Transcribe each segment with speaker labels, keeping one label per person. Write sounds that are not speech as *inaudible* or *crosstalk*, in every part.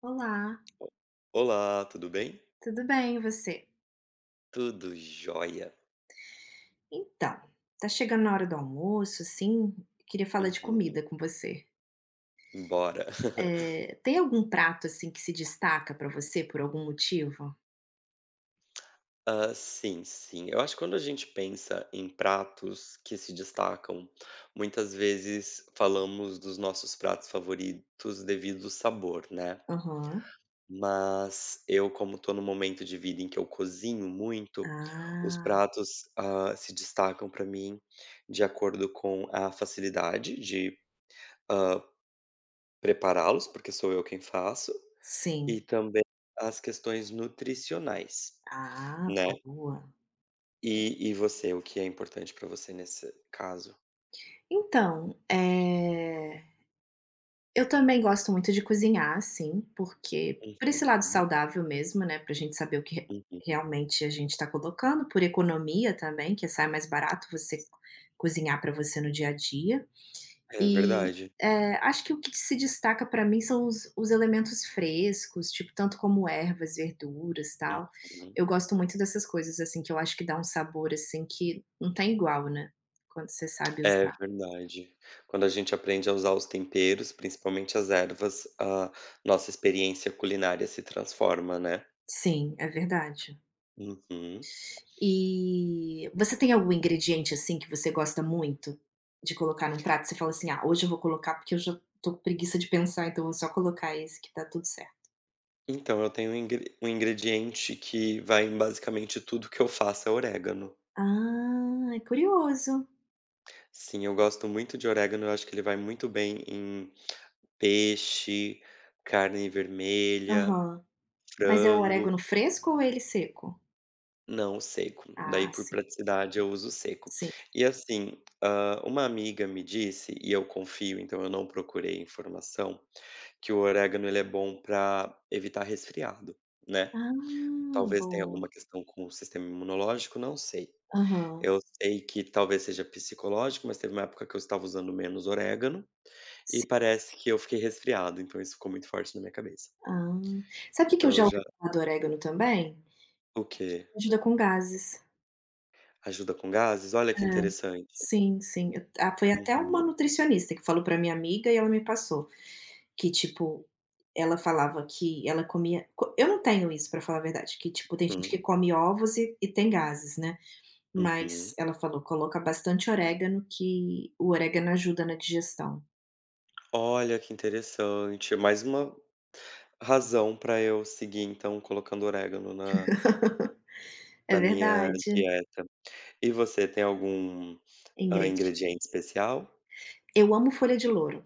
Speaker 1: Olá,
Speaker 2: Olá, tudo bem?
Speaker 1: tudo bem e você?
Speaker 2: Tudo jóia.
Speaker 1: Então, tá chegando na hora do almoço, assim, queria falar de
Speaker 2: Uhum.
Speaker 1: comida com você.
Speaker 2: Bora. *laughs*
Speaker 1: Tem algum prato, assim, que se destaca pra você por algum motivo?
Speaker 2: Ah, sim, sim. Eu acho que quando a gente pensa em pratos que se destacam, muitas vezes falamos dos nossos pratos favoritos devido ao sabor, né?
Speaker 1: Aham.
Speaker 2: Mas eu, como estou no momento de vida em que eu cozinho muito, os
Speaker 1: Ah,
Speaker 2: pratos, se destacam para mim de acordo com a facilidade de, ah, prepará-los, porque sou eu quem faço. E
Speaker 1: sim.
Speaker 2: também as questões nutricionais,
Speaker 1: Ah,
Speaker 2: né.
Speaker 1: boa.
Speaker 2: E você, o que é importante para você nesse caso?
Speaker 1: Então, eu também gosto muito de cozinhar, sim, porque por esse lado
Speaker 2: Uhum,
Speaker 1: saudável mesmo, né, pra gente saber o que re
Speaker 2: uhum.
Speaker 1: realmente a gente tá colocando, por economia também, que sai mais barato você cozinhar pra você no dia a dia.
Speaker 2: É
Speaker 1: E,
Speaker 2: verdade.
Speaker 1: acho que o que se destaca pra mim são os elementos frescos, tipo, tanto como ervas, verduras, tal.
Speaker 2: Uhum.
Speaker 1: Eu gosto muito dessas coisas, assim, que eu acho que dá um sabor, assim, que não tem igual, né, quando você sabe
Speaker 2: É
Speaker 1: usar.
Speaker 2: verdade. Quando a gente aprende a usar os temperos, principalmente as ervas, a nossa experiência culinária se transforma, né.
Speaker 1: Sim, é verdade.
Speaker 2: Uhum.
Speaker 1: E você tem algum ingrediente, assim, que você gosta muito de colocar num prato? Você fala assim: "Ah, hoje eu vou colocar porque eu já tô com preguiça de pensar, então eu vou só colocar esse que tá tudo certo".
Speaker 2: Então eu tenho um ingre um ingrediente que vai em basicamente tudo que eu faço, é orégano.
Speaker 1: Ah, é curioso.
Speaker 2: Sim, eu gosto muito de orégano, eu acho que ele vai muito bem em peixe, carne vermelha,
Speaker 1: Aham. Mas é o
Speaker 2: frango,
Speaker 1: orégano fresco ou ele seco?
Speaker 2: não seco.
Speaker 1: Ah,
Speaker 2: Daí, por
Speaker 1: sim,
Speaker 2: praticidade, eu uso seco.
Speaker 1: sim.
Speaker 2: E assim, uma amiga me disse, e eu confio, então eu não procurei informação, que o orégano ele é bom para evitar resfriado, né?
Speaker 1: Ah,
Speaker 2: Talvez tenha
Speaker 1: boa.
Speaker 2: alguma questão com o sistema imunológico, não sei.
Speaker 1: Aham,
Speaker 2: Eu sei que talvez seja psicológico, mas teve uma época que eu estava usando menos orégano. E
Speaker 1: sim.
Speaker 2: parece que eu fiquei resfriado, então isso ficou muito forte na minha cabeça.
Speaker 1: Ah. Sabe o que que eu
Speaker 2: Então eu
Speaker 1: já ouvi
Speaker 2: já
Speaker 1: falar do orégano também?
Speaker 2: o quê?
Speaker 1: Ajuda com gases.
Speaker 2: Ajuda com gases? Olha que
Speaker 1: É,
Speaker 2: interessante.
Speaker 1: sim, sim. Foi até uma
Speaker 2: Uhum,
Speaker 1: nutricionista que falou pra minha amiga e ela me passou. Que tipo, ela falava que ela comia co eu não tenho isso pra falar a verdade, que tipo tem gente que
Speaker 2: hum,
Speaker 1: come ovos e tem gases, né, mas
Speaker 2: uhum.
Speaker 1: ela falou: "Coloca bastante orégano que o orégano ajuda na digestão".
Speaker 2: Olha que interessante. Mais uma razão para eu seguir, então, colocando orégano na
Speaker 1: *laughs* É
Speaker 2: na minha
Speaker 1: verdade.
Speaker 2: dieta. E você tem algum,
Speaker 1: Ingrid
Speaker 2: ingrediente especial?
Speaker 1: Eu amo folha de louro,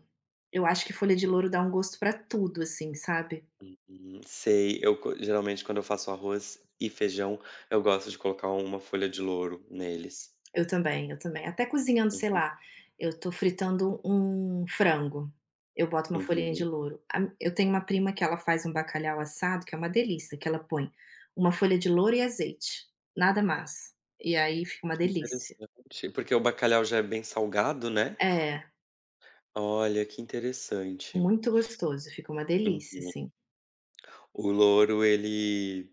Speaker 1: eu acho que folha de louro dá um gosto pra tudo, assim, sabe.
Speaker 2: Sei, eu co geralmente quando eu faço arroz e feijão, eu gosto de colocar uma folha de louro neles.
Speaker 1: Eu também, eu também. Até cozinhando, sei
Speaker 2: Uhum,
Speaker 1: lá, eu tô fritando um frango, eu boto uma folhinha de
Speaker 2: uhum.
Speaker 1: louro. A mi eu tenho uma prima que ela faz um bacalhau assado, que é uma delícia, que ela põe uma folha de louro e azeite, nada mais. E aí fica uma delícia.
Speaker 2: Interessante, porque o bacalhau já é bem salgado, né?
Speaker 1: É,
Speaker 2: Olha, que interessante.
Speaker 1: muito gostoso, fica uma delícia,
Speaker 2: Uhum.
Speaker 1: assim,
Speaker 2: O louro, ele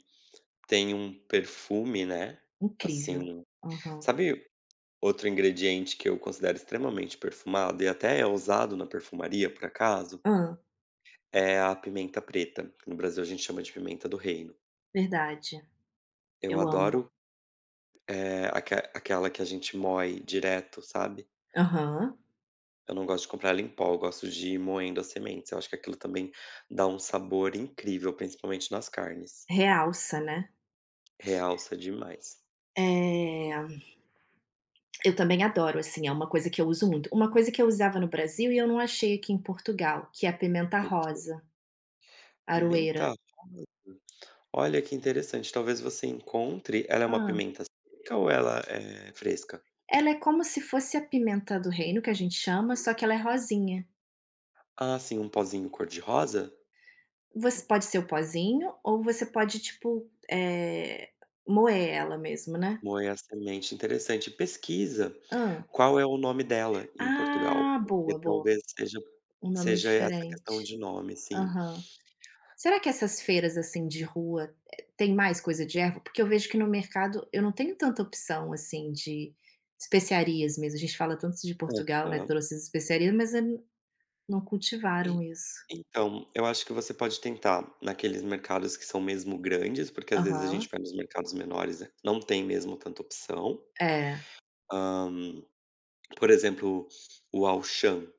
Speaker 2: tem um perfume, né,
Speaker 1: incrível.
Speaker 2: assim.
Speaker 1: Aham.
Speaker 2: Sabe, outro ingrediente que eu considero extremamente perfumado e até é usado na perfumaria, por acaso?
Speaker 1: Hã,
Speaker 2: É a pimenta preta, que no Brasil a gente chama de pimenta do reino.
Speaker 1: Verdade.
Speaker 2: Eu
Speaker 1: Eu amo.
Speaker 2: adoro, aquela que a gente moe direto, sabe?
Speaker 1: Aham.
Speaker 2: Eu não gosto de comprar ela em pó, eu gosto de ir moendo as sementes. Eu acho que aquilo também dá um sabor incrível, principalmente nas carnes.
Speaker 1: Realça, né.
Speaker 2: Realça demais.
Speaker 1: É. Eu também adoro, assim, é uma coisa que eu uso muito. Uma coisa que eu usava no Brasil e eu não achei aqui em Portugal, que é a pimenta
Speaker 2: Ok.
Speaker 1: rosa, aroeira.
Speaker 2: Pimenta Olha, que interessante, talvez você encontre. Ela é uma
Speaker 1: Ah,
Speaker 2: pimenta seca ou ela é fresca?
Speaker 1: ela é como se fosse a pimenta do reino, que a gente chama, só que ela é rosinha.
Speaker 2: Ah, sim, um pozinho cor de rosa?
Speaker 1: Você pode ser o pozinho ou você pode, tipo, moer ela mesmo, né.
Speaker 2: Moer a semente, interessante. Pesquisa
Speaker 1: Hã.
Speaker 2: qual é o nome dela em Portugal,
Speaker 1: Ah, boa,
Speaker 2: porque
Speaker 1: boa.
Speaker 2: talvez seja
Speaker 1: Um nome
Speaker 2: seja essa questão
Speaker 1: diferente.
Speaker 2: de nome, sim.
Speaker 1: Aham. Será que essas feiras, assim, de rua, tem mais coisa de erva? Porque eu vejo que no mercado eu não tenho tanta opção, assim, de especiarias mesmo. A gente fala tanto de Portugal, né,
Speaker 2: Aham.
Speaker 1: trouxe as especiarias, mas eles não cultivaram isso.
Speaker 2: Então, eu acho que você pode tentar naqueles mercados que são mesmo grandes, porque às vezes a gente
Speaker 1: Aham.
Speaker 2: vai nos mercados menores, né, não tem mesmo tanta opção.
Speaker 1: É.
Speaker 2: Hã, por exemplo, o Auchan.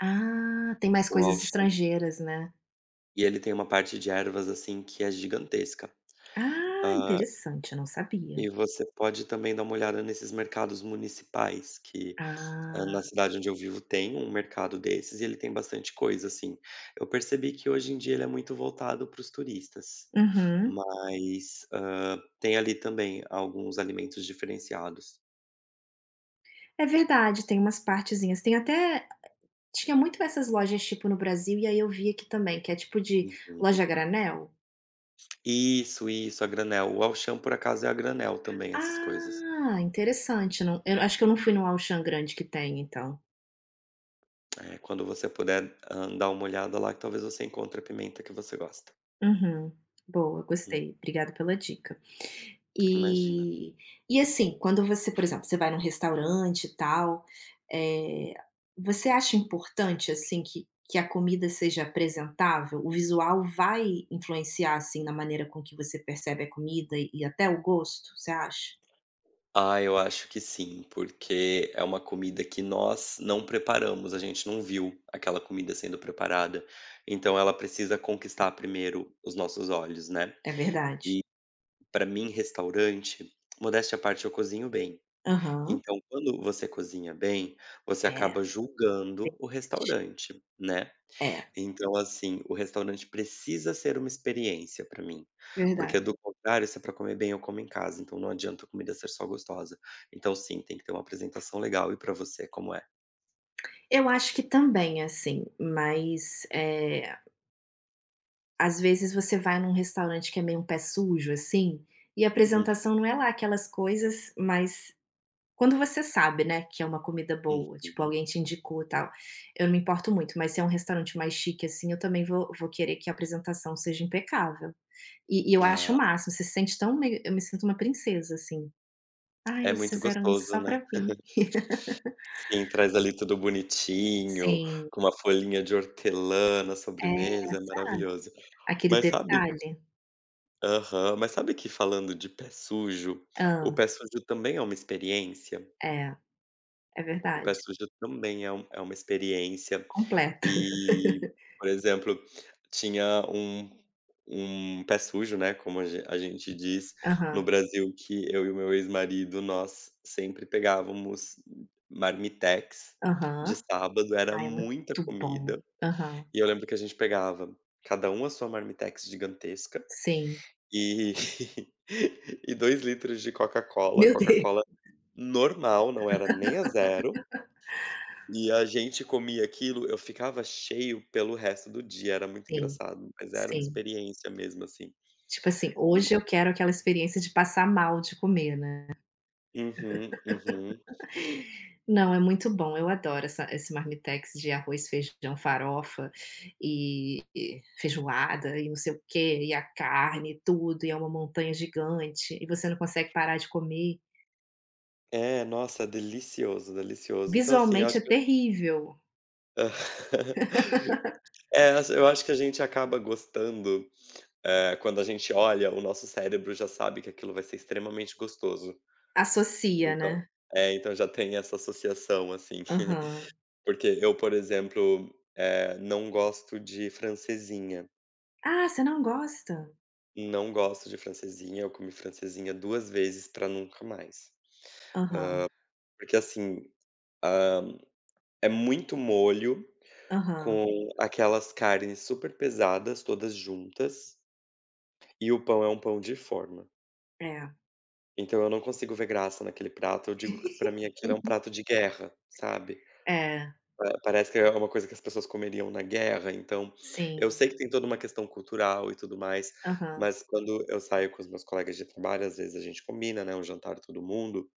Speaker 1: Ah, tem mais
Speaker 2: O
Speaker 1: coisas
Speaker 2: Auchan,
Speaker 1: estrangeiras, né.
Speaker 2: e ele tem uma parte de ervas, assim, que é gigantesca.
Speaker 1: Ah,
Speaker 2: Hã,
Speaker 1: interessante, eu não sabia.
Speaker 2: e você pode também dar uma olhada nesses mercados municipais que,
Speaker 1: Ah.
Speaker 2: na cidade onde eu vivo tem um mercado desses e ele tem bastante coisa, assim. Eu percebi que hoje em dia ele é muito voltado para os turistas.
Speaker 1: Uhum.
Speaker 2: Mas, tem ali também alguns alimentos diferenciados.
Speaker 1: É verdade, tem umas partezinhas. Tem até tinha muito essas lojas, tipo, no Brasil, e aí eu vi aqui também, que é tipo de
Speaker 2: Uhum.
Speaker 1: loja a granel.
Speaker 2: Isso, a granel. O Auchan, por acaso, é a granel também, essas coisas.
Speaker 1: Ah, interessante, não, eu acho que eu não fui no Auchan grande que tem então.
Speaker 2: É, quando você puder, dar uma olhada lá, que talvez você encontre a pimenta que você gosta.
Speaker 1: Uhum. Boa,
Speaker 2: Hum,
Speaker 1: gostei, obrigada pela dica.
Speaker 2: Imagina.
Speaker 1: E e assim, quando você, por exemplo, você vai num restaurante e tal, eh, você acha importante, assim, que a comida seja apresentável? O visual vai influenciar, assim, na maneira com que você percebe a comida e até o gosto, você acha?
Speaker 2: Ah, eu acho que sim, porque é uma comida que nós não preparamos, a gente não viu aquela comida sendo preparada, então ela precisa conquistar primeiro os nossos olhos, né.
Speaker 1: É verdade.
Speaker 2: Para mim, restaurante modéstia à parte, eu cozinho bem.
Speaker 1: Aham.
Speaker 2: Então, quando você cozinha bem, você
Speaker 1: É,
Speaker 2: acaba julgando o restaurante, né.
Speaker 1: é,
Speaker 2: Então, assim, o restaurante precisa ser uma experiência pra mim,
Speaker 1: verdade.
Speaker 2: porque do contrário, se é pra comer bem, eu como em casa, então não adianta a comida ser só gostosa. Então sim, tem que ter uma apresentação legal. E pra você, como é?
Speaker 1: Eu acho que também, assim, mas, às vezes você vai num restaurante que é meio um pé sujo, assim, e a
Speaker 2: Uhum.
Speaker 1: apresentação não é lá aquelas coisas, mas quando você sabe, né, que é uma comida boa, tipo,
Speaker 2: Uhum.
Speaker 1: alguém te indicou, e tal, eu não me importo muito, mas se é um restaurante mais chique, assim, eu também vou querer que a apresentação seja impecável. E eu acho o
Speaker 2: Ah,
Speaker 1: máximo, você se sente tão meio eu me sinto uma princesa, assim. "Ai,
Speaker 2: é
Speaker 1: eles
Speaker 2: muito
Speaker 1: fizeram isso
Speaker 2: gostoso,
Speaker 1: só
Speaker 2: né.
Speaker 1: pra mim".
Speaker 2: Sim, traz ali tudo bonitinho,
Speaker 1: Sim,
Speaker 2: com uma folhinha de hortelã na
Speaker 1: é,
Speaker 2: sobremesa, é
Speaker 1: sabe,
Speaker 2: maravilhoso.
Speaker 1: aquele
Speaker 2: Mas sabe
Speaker 1: detalhe.
Speaker 2: Aham. Mas sabe que, falando de pé sujo, o
Speaker 1: Ah,
Speaker 2: pé sujo também é uma experiência.
Speaker 1: é. É
Speaker 2: O pé
Speaker 1: verdade,
Speaker 2: sujo também é uma experiência.
Speaker 1: completa.
Speaker 2: E, por exemplo, tinha um pé sujo, né, como a gente diz no
Speaker 1: Aham,
Speaker 2: Brasil, que eu e o meu ex-marido, nós sempre pegávamos marmitex de
Speaker 1: aham.
Speaker 2: sábado, era
Speaker 1: Ai, é muito
Speaker 2: muita
Speaker 1: bom.
Speaker 2: comida.
Speaker 1: Aham,
Speaker 2: E eu lembro que a gente pegava cada um a sua marmitex gigantesca
Speaker 1: sim.
Speaker 2: e *laughs* e 2 litros de Coca-Cola,
Speaker 1: Meu Deus.
Speaker 2: Coca-Cola normal, não era nem a zero, e a gente comia aquilo, eu ficava cheio pelo resto do dia, era muito
Speaker 1: Sim,
Speaker 2: engraçado, mas era uma
Speaker 1: sim.
Speaker 2: experiência mesmo, assim.
Speaker 1: Tipo assim,
Speaker 2: E
Speaker 1: hoje eu quero aquela experiência de passar mal de comer, né.
Speaker 2: uhum, uhum.
Speaker 1: Não, é muito bom, eu adoro essa esse marmitex de arroz, feijão, farofa e feijoada e não sei o quê, e a carne e tudo, e é uma montanha gigante, e você não consegue parar de comer.
Speaker 2: É, nossa, delicioso, delicioso. Então, assim, eu
Speaker 1: Visualmente
Speaker 2: acho
Speaker 1: é
Speaker 2: que
Speaker 1: terrível.
Speaker 2: *laughs* é, eu acho que a gente acaba gostando, quando a gente olha, o nosso cérebro já sabe que aquilo vai ser extremamente gostoso.
Speaker 1: Associa,
Speaker 2: Então
Speaker 1: né.
Speaker 2: é, então já tem essa associação, assim.
Speaker 1: Aham.
Speaker 2: *laughs* Porque eu, por exemplo, não gosto de francesinha.
Speaker 1: Ah, você não gosta?
Speaker 2: Não gosto de francesinha, eu comi francesinha 2 vezes pra nunca mais.
Speaker 1: Aham,
Speaker 2: Porque, assim, é muito molho,
Speaker 1: aham,
Speaker 2: com aquelas carnes super pesadas, todas juntas, e o pão é um pão de forma.
Speaker 1: é.
Speaker 2: Então eu não consigo ver graça naquele prato, eu digo que pra mim aquilo é um prato
Speaker 1: *laughs*
Speaker 2: de guerra, sabe?
Speaker 1: É,
Speaker 2: Pa Parece que é uma coisa que as pessoas comeriam na guerra, então eu
Speaker 1: sim,
Speaker 2: sei que tem toda uma questão cultural e tudo mais,
Speaker 1: aham,
Speaker 2: mas quando eu saio com os meus colegas de trabalho, às vezes a gente combina, né, um jantar todo mundo,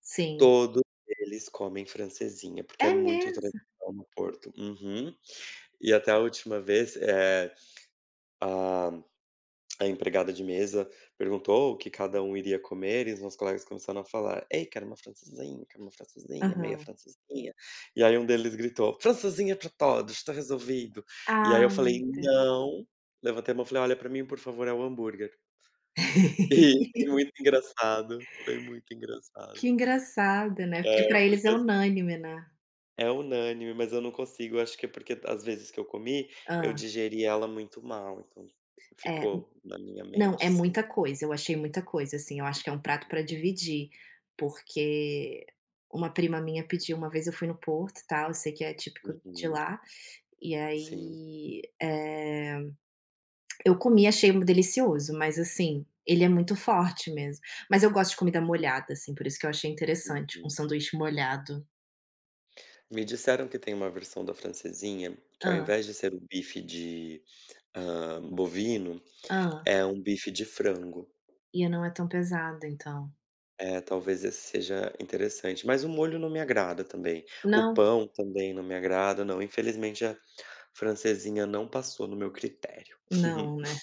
Speaker 1: sim.
Speaker 2: todos eles comem francesinha, porque é
Speaker 1: É
Speaker 2: muito
Speaker 1: mesmo?
Speaker 2: tradicional no Porto. Uhum. E até a última vez, a empregada de mesa perguntou o que cada um iria comer e os meus colegas começaram a falar: "Ei, quero uma francesinha, meia
Speaker 1: Aham.
Speaker 2: francesinha". E aí um deles gritou: "Francesinha para todos, tá resolvido". E aí
Speaker 1: Ah,
Speaker 2: eu falei:
Speaker 1: meu Deus.
Speaker 2: "Não". Levantei a mão e falei: "Olha, para mim, por favor, é o hambúrguer". *laughs* E
Speaker 1: *laughs*
Speaker 2: foi muito engraçado, foi muito
Speaker 1: Que
Speaker 2: engraçado.
Speaker 1: engraçado, né,
Speaker 2: É,
Speaker 1: porque para eles é
Speaker 2: porque assim
Speaker 1: unânime, né.
Speaker 2: é unânime, mas eu não consigo, acho que é porque as vezes que eu comi, eu
Speaker 1: Ah,
Speaker 2: digeri ela muito mal, então
Speaker 1: é,
Speaker 2: ficou na minha
Speaker 1: não,
Speaker 2: mente,
Speaker 1: é
Speaker 2: sim.
Speaker 1: muita coisa, eu achei muita coisa, assim, eu acho que é um prato para dividir, porque uma prima minha pediu uma vez eu fui no Porto, tal, eu sei que é típico de
Speaker 2: Uhum.
Speaker 1: lá, e
Speaker 2: Sim,
Speaker 1: aí, eu comi, achei um delicioso, mas assim, ele é muito forte mesmo. Mas eu gosto de comida molhada, assim, por isso que eu achei interessante, um
Speaker 2: uhum.
Speaker 1: sanduíche molhado.
Speaker 2: Me disseram que tem uma versão da francesinha que, ao
Speaker 1: Ah,
Speaker 2: invés de ser o bife de, bovino,
Speaker 1: ah,
Speaker 2: é um bife de frango.
Speaker 1: e não é tão pesado então.
Speaker 2: É, talvez esse seja interessante, mas o molho não me agrada também. O
Speaker 1: Não,
Speaker 2: pão também não me agrada, não. Infelizmente a francesinha não passou no meu critério.
Speaker 1: não, né.
Speaker 2: *laughs*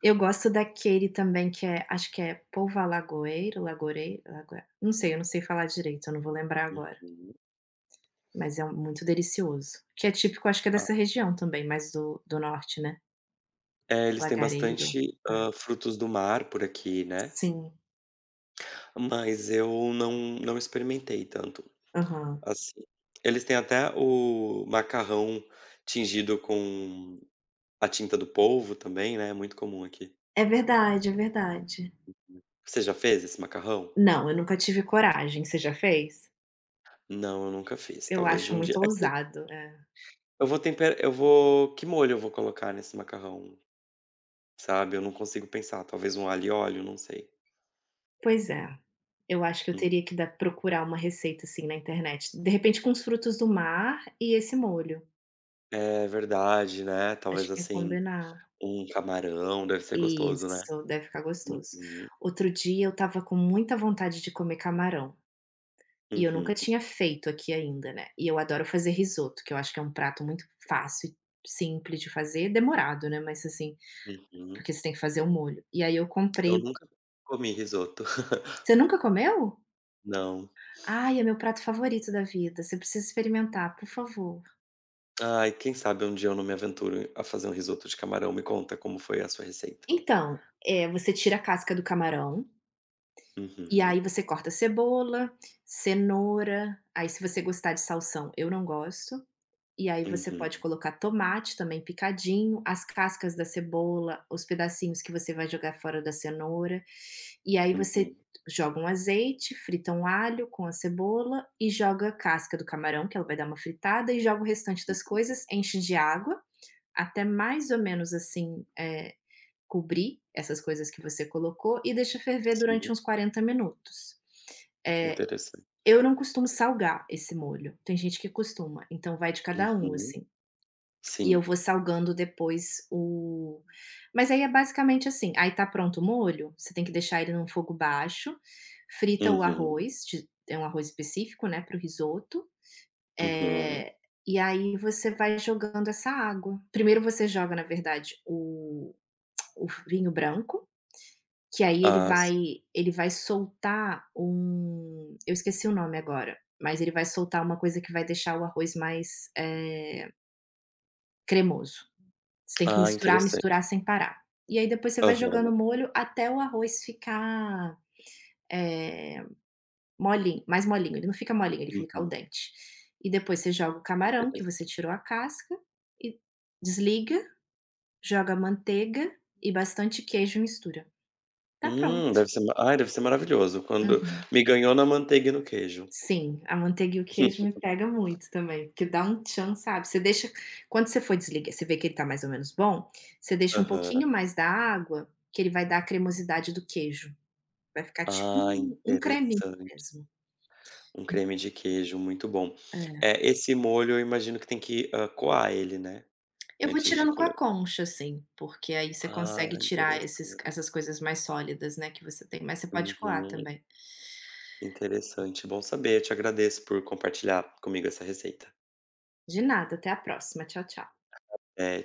Speaker 1: Eu gosto daquele também que é acho que é polvo à lagoeiro, lagorei lagoe não sei, eu não sei falar direito, eu não vou lembrar agora,
Speaker 2: Uhum.
Speaker 1: mas é muito delicioso, que é típico acho que é
Speaker 2: Ah,
Speaker 1: dessa região também, mais do norte, né.
Speaker 2: é, eles têm
Speaker 1: Lagareiro.
Speaker 2: bastante,
Speaker 1: É.
Speaker 2: frutos do mar por aqui, né,
Speaker 1: Sim,
Speaker 2: mas eu não experimentei tanto.
Speaker 1: aham.
Speaker 2: Assim, eles têm até o macarrão tingido com a tinta do polvo também, né, é muito comum aqui.
Speaker 1: É verdade, é verdade.
Speaker 2: Você já fez esse macarrão?
Speaker 1: Não, eu nunca tive coragem, você já fez?
Speaker 2: Não, eu nunca fiz,
Speaker 1: Eu
Speaker 2: talvez
Speaker 1: acho
Speaker 2: um dia
Speaker 1: muito
Speaker 2: é que
Speaker 1: ousado, é.
Speaker 2: eu vou temperar, eu vou que molho eu vou colocar nesse macarrão, sabe, eu não consigo pensar, talvez um alho e óleo, não sei.
Speaker 1: Pois é, eu acho que eu teria
Speaker 2: Hum.
Speaker 1: que dar procurar uma receita, assim, na internet, de repente com os frutos do mar e esse molho,
Speaker 2: É verdade, né,
Speaker 1: acho
Speaker 2: talvez,
Speaker 1: que ia
Speaker 2: assim,
Speaker 1: combinar.
Speaker 2: um camarão, deve ser gostoso, né.
Speaker 1: Isso, deve ficar gostoso.
Speaker 2: Uhum,
Speaker 1: Outro dia eu estava com muita vontade de comer camarão, e eu nunca
Speaker 2: uhum,
Speaker 1: tinha feito aqui ainda, né, e eu adoro fazer risoto, que eu acho que é um prato muito fácil e simples de fazer, demorado, né, mas assim,
Speaker 2: uhum.
Speaker 1: porque você tem que fazer o molho. E aí eu comprei
Speaker 2: Eu
Speaker 1: o.
Speaker 2: nunca comi risoto. *laughs*
Speaker 1: Você nunca comeu?
Speaker 2: Não.
Speaker 1: Ai, é meu prato favorito da vida, você precisa experimentar, por favor.
Speaker 2: Ai, quem sabe um dia eu não me aventuro a fazer um risoto de camarão. Me conta como foi a sua receita.
Speaker 1: Então, você tira a casca do camarão, e
Speaker 2: Uhum,
Speaker 1: aí você corta cebola, cenoura, aí se você gostar de salsão, eu não gosto. E aí você
Speaker 2: uhum,
Speaker 1: pode colocar tomate também picadinho, as cascas da cebola, os pedacinhos que você vai jogar fora da cenoura, e aí você
Speaker 2: uhum.
Speaker 1: joga um azeite, frita um alho com a cebola e joga a casca do camarão, que ela vai dar uma fritada, e joga o restante das coisas, enche de água, até mais ou menos assim, cobrir essas coisas que você colocou e deixa ferver
Speaker 2: Sim,
Speaker 1: durante uns 40 minutos.
Speaker 2: interessante.
Speaker 1: Eu não costumo salgar esse molho, tem gente que costuma, então vai de cada um,
Speaker 2: Uhum,
Speaker 1: assim. E eu
Speaker 2: sim.
Speaker 1: vou salgando depois o mas aí é basicamente assim, aí tá pronto o molho, você tem que deixar ele num fogo baixo, frita o
Speaker 2: Uhum,
Speaker 1: arroz de é um arroz específico, né, para o risoto,
Speaker 2: uhum.
Speaker 1: eh, e aí você vai jogando essa água. Primeiro você joga, na verdade, o vinho branco, que aí ele
Speaker 2: Ah,
Speaker 1: vai
Speaker 2: sim.
Speaker 1: ele vai soltar eu esqueci o nome agora, mas ele vai soltar uma coisa que vai deixar o arroz mais, cremoso. Você tem que
Speaker 2: Ah,
Speaker 1: misturar,
Speaker 2: interessante.
Speaker 1: misturar sem parar. E aí depois você vai jogando
Speaker 2: Aham,
Speaker 1: o molho até o arroz ficar, eh, molinho, mais molinho, ele não fica molinho, ele fica al
Speaker 2: uhum,
Speaker 1: dente. E depois você joga o camarão que você
Speaker 2: interessante.
Speaker 1: tirou a casca e desliga, joga manteiga e bastante queijo e mistura. Tá pronto.
Speaker 2: Deve ser maravilhoso. Quando
Speaker 1: Uhum.
Speaker 2: me ganhou na manteiga e no queijo.
Speaker 1: Sim, a manteiga e o queijo me
Speaker 2: *laughs*
Speaker 1: pega muito também, porque dá um tchan, sabe. Você deixa. Quando você for desligar, você vê que ele tá mais ou menos bom, você deixa um
Speaker 2: Aham.
Speaker 1: pouquinho mais da água, que ele vai dar a cremosidade do queijo. Vai ficar tipo
Speaker 2: Ah,
Speaker 1: um creminho
Speaker 2: interessante.
Speaker 1: mesmo.
Speaker 2: Um creme de queijo muito bom.
Speaker 1: É.
Speaker 2: É, esse molho eu imagino que tem que, coar ele, né,
Speaker 1: Eu vou
Speaker 2: antes de
Speaker 1: tirando com a
Speaker 2: colocar.
Speaker 1: concha, assim, porque aí você
Speaker 2: Ah,
Speaker 1: consegue tirar esses
Speaker 2: interessante.
Speaker 1: essas coisas mais sólidas, né, que você tem, mas você pode coar
Speaker 2: Uhum,
Speaker 1: também.
Speaker 2: interessante. Bom saber, te agradeço por compartilhar comigo essa receita.
Speaker 1: De nada, até a próxima. Tchau, tchau.
Speaker 2: Eh,